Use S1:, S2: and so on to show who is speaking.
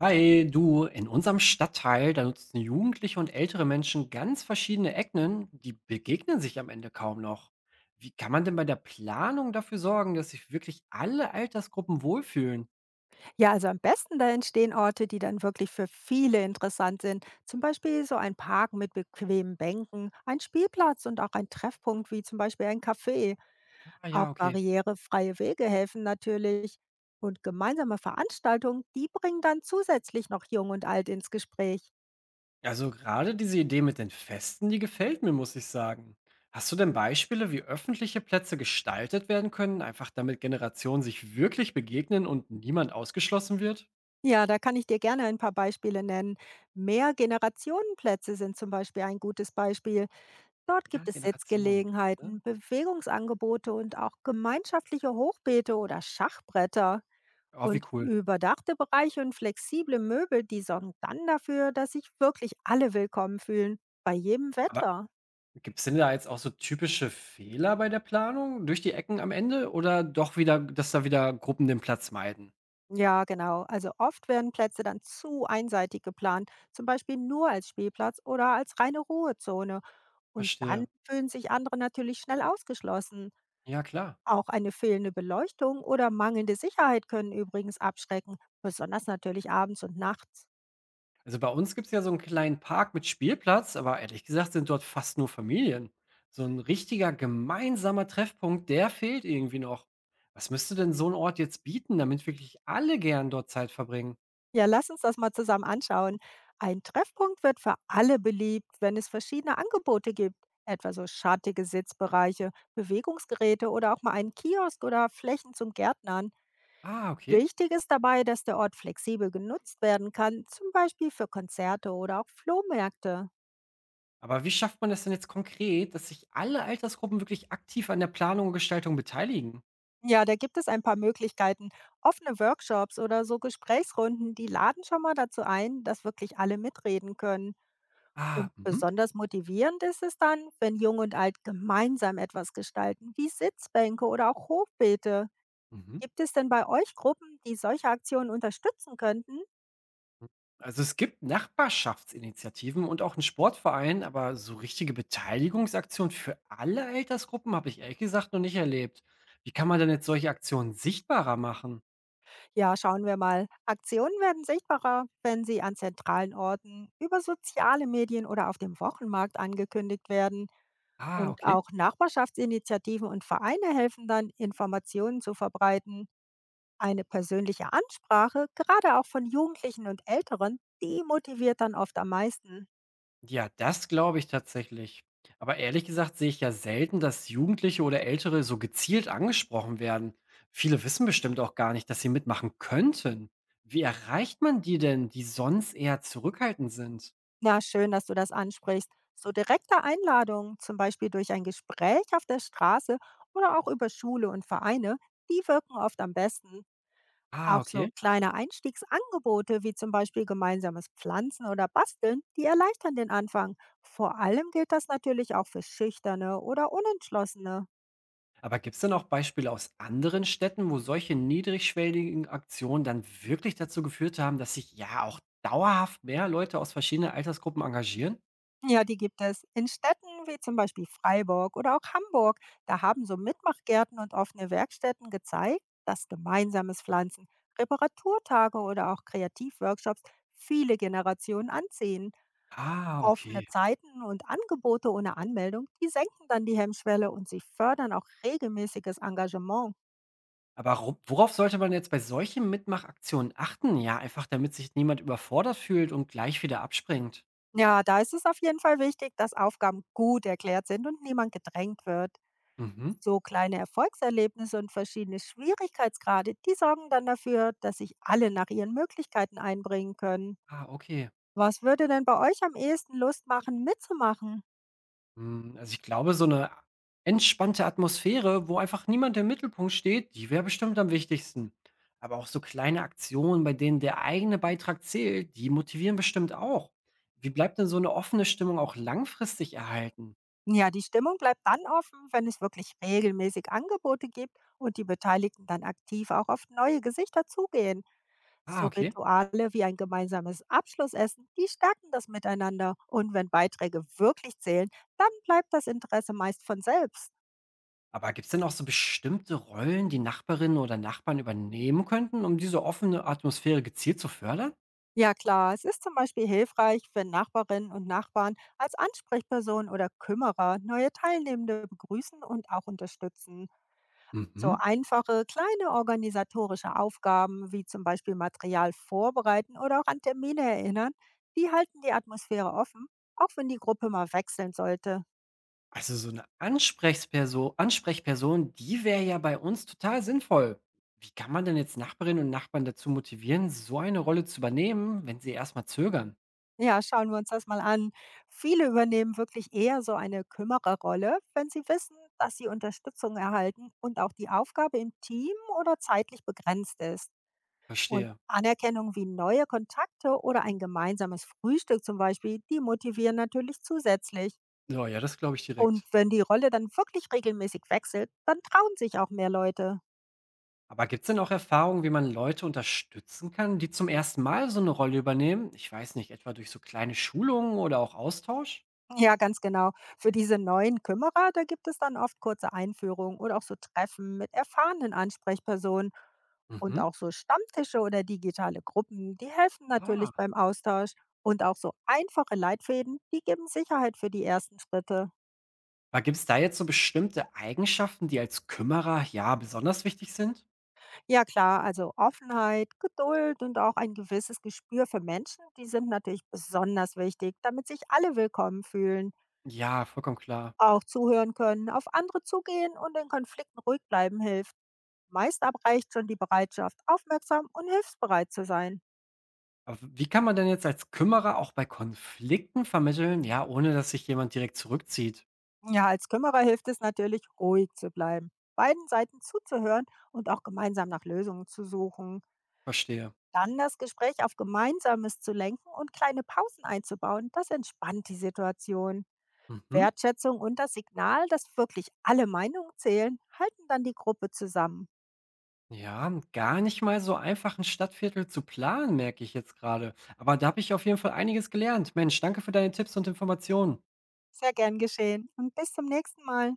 S1: Hi, du, in unserem Stadtteil, da nutzen Jugendliche und ältere Menschen ganz verschiedene Ecken, die begegnen sich am Ende kaum noch. Wie kann man denn bei der Planung dafür sorgen, dass sich wirklich alle Altersgruppen wohlfühlen?
S2: Ja, also am besten, da entstehen Orte, die dann wirklich für viele interessant sind. Zum Beispiel so ein Park mit bequemen Bänken, ein Spielplatz und auch ein Treffpunkt wie zum Beispiel ein Café.
S1: Ah
S2: Auch
S1: ja, okay.
S2: barrierefreie Wege helfen natürlich. Und gemeinsame Veranstaltungen, die bringen dann zusätzlich noch Jung und Alt ins Gespräch.
S1: Also gerade diese Idee mit den Festen, die gefällt mir, muss ich sagen. Hast du denn Beispiele, wie öffentliche Plätze gestaltet werden können, einfach damit Generationen sich wirklich begegnen und niemand ausgeschlossen wird?
S2: Ja, da kann ich dir gerne ein paar Beispiele nennen. Mehrgenerationenplätze sind zum Beispiel ein gutes Beispiel. Dort
S1: Ja,
S2: gibt es
S1: Generationenplätze.
S2: Sitzgelegenheiten, Bewegungsangebote und auch gemeinschaftliche Hochbeete oder Schachbretter.
S1: Oh, wie
S2: Und
S1: cool.
S2: überdachte Bereiche und flexible Möbel, die sorgen dann dafür, dass sich wirklich alle willkommen fühlen, bei jedem
S1: Aber
S2: Wetter.
S1: gibt es denn da jetzt auch so typische Fehler bei der Planung durch die Ecken am Ende oder doch wieder, dass da wieder Gruppen den Platz meiden?
S2: Ja, genau. Also oft werden Plätze dann zu einseitig geplant, zum Beispiel nur als Spielplatz oder als reine Ruhezone. Und dann
S1: Verstehe.
S2: fühlen sich andere natürlich schnell ausgeschlossen.
S1: Ja, klar.
S2: Auch eine fehlende Beleuchtung oder mangelnde Sicherheit können übrigens abschrecken, besonders natürlich abends und nachts.
S1: Also bei uns gibt es ja so einen kleinen Park mit Spielplatz, aber ehrlich gesagt sind dort fast nur Familien. So ein richtiger gemeinsamer Treffpunkt, der fehlt irgendwie noch. Was müsste denn so 'n Ort jetzt bieten, damit wirklich alle gern dort Zeit verbringen?
S2: Ja, lass uns das mal zusammen anschauen. Ein Treffpunkt wird für alle beliebt, wenn es verschiedene Angebote gibt, etwa so schattige Sitzbereiche, Bewegungsgeräte oder auch mal einen Kiosk oder Flächen zum Gärtnern.
S1: Ah, okay.
S2: Wichtig ist dabei, dass der Ort flexibel genutzt werden kann, zum Beispiel für Konzerte oder auch Flohmärkte.
S1: Aber wie schafft man das denn jetzt konkret, dass sich alle Altersgruppen wirklich aktiv an der Planung und Gestaltung beteiligen?
S2: Ja, da gibt es ein paar Möglichkeiten. Offene Workshops oder so Gesprächsrunden, die laden schon mal dazu ein, dass wirklich alle mitreden können. Und
S1: Ah, mhm,
S2: besonders motivierend ist es dann, wenn Jung und Alt gemeinsam etwas gestalten, wie Sitzbänke oder auch Hochbeete.
S1: mhm.
S2: Gibt es denn bei euch Gruppen, die solche Aktionen unterstützen könnten?
S1: Also es gibt Nachbarschaftsinitiativen und auch einen Sportverein, aber so richtige Beteiligungsaktionen für alle Altersgruppen habe ich ehrlich gesagt noch nicht erlebt. Wie kann man denn jetzt solche Aktionen sichtbarer machen?
S2: Ja, schauen wir mal. Aktionen werden sichtbarer, wenn sie an zentralen Orten, über soziale Medien oder auf dem Wochenmarkt angekündigt werden.
S1: Ah,
S2: Und
S1: okay.
S2: auch Nachbarschaftsinitiativen und Vereine helfen dann, Informationen zu verbreiten. Eine persönliche Ansprache, gerade auch von Jugendlichen und Älteren, die motiviert dann oft am meisten.
S1: Ja, das glaube ich tatsächlich. Aber ehrlich gesagt sehe ich ja selten, dass Jugendliche oder Ältere so gezielt angesprochen werden. Viele wissen bestimmt auch gar nicht, dass sie mitmachen könnten. Wie erreicht man die denn, die sonst eher zurückhaltend sind?
S2: Na, schön, dass du das ansprichst. So direkte Einladungen, zum Beispiel durch ein Gespräch auf der Straße oder auch über Schule und Vereine, die wirken oft am besten.
S1: Ah,
S2: Auch so
S1: okay.
S2: kleine Einstiegsangebote wie zum Beispiel gemeinsames Pflanzen oder Basteln, die erleichtern den Anfang. Vor allem gilt das natürlich auch für Schüchterne oder Unentschlossene.
S1: Aber gibt es denn auch Beispiele aus anderen Städten, wo solche niedrigschwelligen Aktionen dann wirklich dazu geführt haben, dass sich ja auch dauerhaft mehr Leute aus verschiedenen Altersgruppen engagieren?
S2: Ja, die gibt es in Städten wie zum Beispiel Freiburg oder auch Hamburg. Da haben so Mitmachgärten und offene Werkstätten gezeigt, dass gemeinsames Pflanzen, Reparaturtage oder auch Kreativworkshops viele Generationen anziehen.
S1: Ah,
S2: Offene
S1: okay.
S2: Zeiten und Angebote ohne Anmeldung, die senken dann die Hemmschwelle und sie fördern auch regelmäßiges Engagement.
S1: Aber worauf sollte man jetzt bei solchen Mitmachaktionen achten? Ja, einfach damit sich niemand überfordert fühlt und gleich wieder abspringt.
S2: Ja, da ist es auf jeden Fall wichtig, dass Aufgaben gut erklärt sind und niemand gedrängt wird.
S1: Mhm.
S2: So kleine Erfolgserlebnisse und verschiedene Schwierigkeitsgrade, die sorgen dann dafür, dass sich alle nach ihren Möglichkeiten einbringen können.
S1: Ah, okay.
S2: Was würde denn bei euch am ehesten Lust machen, mitzumachen?
S1: Hm, also, ich glaube, so eine entspannte Atmosphäre, wo einfach niemand im Mittelpunkt steht, die wäre bestimmt am wichtigsten. Aber auch so kleine Aktionen, bei denen der eigene Beitrag zählt, die motivieren bestimmt auch. Wie bleibt denn so eine offene Stimmung auch langfristig erhalten?
S2: Ja, die Stimmung bleibt dann offen, wenn es wirklich regelmäßig Angebote gibt und die Beteiligten dann aktiv auch auf neue Gesichter zugehen.
S1: Ah,
S2: So
S1: okay.
S2: Rituale wie ein gemeinsames Abschlussessen, die stärken das Miteinander. Und wenn Beiträge wirklich zählen, dann bleibt das Interesse meist von selbst.
S1: Aber gibt es denn auch so bestimmte Rollen, die Nachbarinnen oder Nachbarn übernehmen könnten, um diese offene Atmosphäre gezielt zu fördern?
S2: Ja klar, es ist zum Beispiel hilfreich, wenn Nachbarinnen und Nachbarn als Ansprechperson oder Kümmerer neue Teilnehmende begrüßen und auch unterstützen. So
S1: Mhm.
S2: einfache, kleine organisatorische Aufgaben wie zum Beispiel Material vorbereiten oder auch an Termine erinnern, die halten die Atmosphäre offen, auch wenn die Gruppe mal wechseln sollte.
S1: Also so eine Ansprechperson, die wäre ja bei uns total sinnvoll. Wie kann man denn jetzt Nachbarinnen und Nachbarn dazu motivieren, so eine Rolle zu übernehmen, wenn sie erst mal zögern?
S2: Ja, schauen wir uns das mal an. Viele übernehmen wirklich eher so eine Kümmererrolle, wenn sie wissen, dass sie Unterstützung erhalten und auch die Aufgabe im Team oder zeitlich begrenzt ist. Und
S1: Verstehe.
S2: Anerkennung wie neue Kontakte oder ein gemeinsames Frühstück zum Beispiel, die motivieren natürlich zusätzlich.
S1: Ja, ja, das glaube ich
S2: Und
S1: direkt.
S2: wenn die Rolle dann wirklich regelmäßig wechselt, dann trauen sich auch mehr Leute.
S1: Aber gibt's denn auch Erfahrungen, wie man Leute unterstützen kann, die zum ersten Mal so eine Rolle übernehmen? Ich weiß nicht, etwa durch so kleine Schulungen oder auch Austausch?
S2: Ja, ganz genau. Für diese neuen Kümmerer, da gibt es dann oft kurze Einführungen oder auch so Treffen mit erfahrenen Ansprechpersonen und
S1: Mhm.
S2: auch so Stammtische oder digitale Gruppen, die helfen
S1: Ah.
S2: natürlich beim Austausch und auch so einfache Leitfäden, die geben Sicherheit für die ersten Schritte.
S1: Aber gibt's da jetzt so bestimmte Eigenschaften, die als Kümmerer, ja, besonders wichtig sind?
S2: Ja klar, also Offenheit, Geduld und auch ein gewisses Gespür für Menschen, die sind natürlich besonders wichtig, damit sich alle willkommen fühlen.
S1: Ja, vollkommen klar.
S2: Auch zuhören können, auf andere zugehen und in Konflikten ruhig bleiben hilft. Meist aber reicht schon die Bereitschaft, aufmerksam und hilfsbereit zu sein.
S1: Aber wie kann man denn jetzt als Kümmerer auch bei Konflikten vermitteln, ja, ohne dass sich jemand direkt zurückzieht?
S2: Ja, als Kümmerer hilft es natürlich, ruhig zu bleiben, beiden Seiten zuzuhören und auch gemeinsam nach Lösungen zu suchen.
S1: Verstehe.
S2: Dann das Gespräch auf Gemeinsames zu lenken und kleine Pausen einzubauen, das entspannt die Situation.
S1: Mhm.
S2: Wertschätzung und das Signal, dass wirklich alle Meinungen zählen, halten dann die Gruppe zusammen.
S1: Ja, gar nicht mal so einfach 'n Stadtviertel zu planen, merke ich jetzt gerade. Aber da habe ich auf jeden Fall einiges gelernt. Mensch, danke für deine Tipps und Informationen.
S2: Sehr gern geschehen und bis zum nächsten Mal.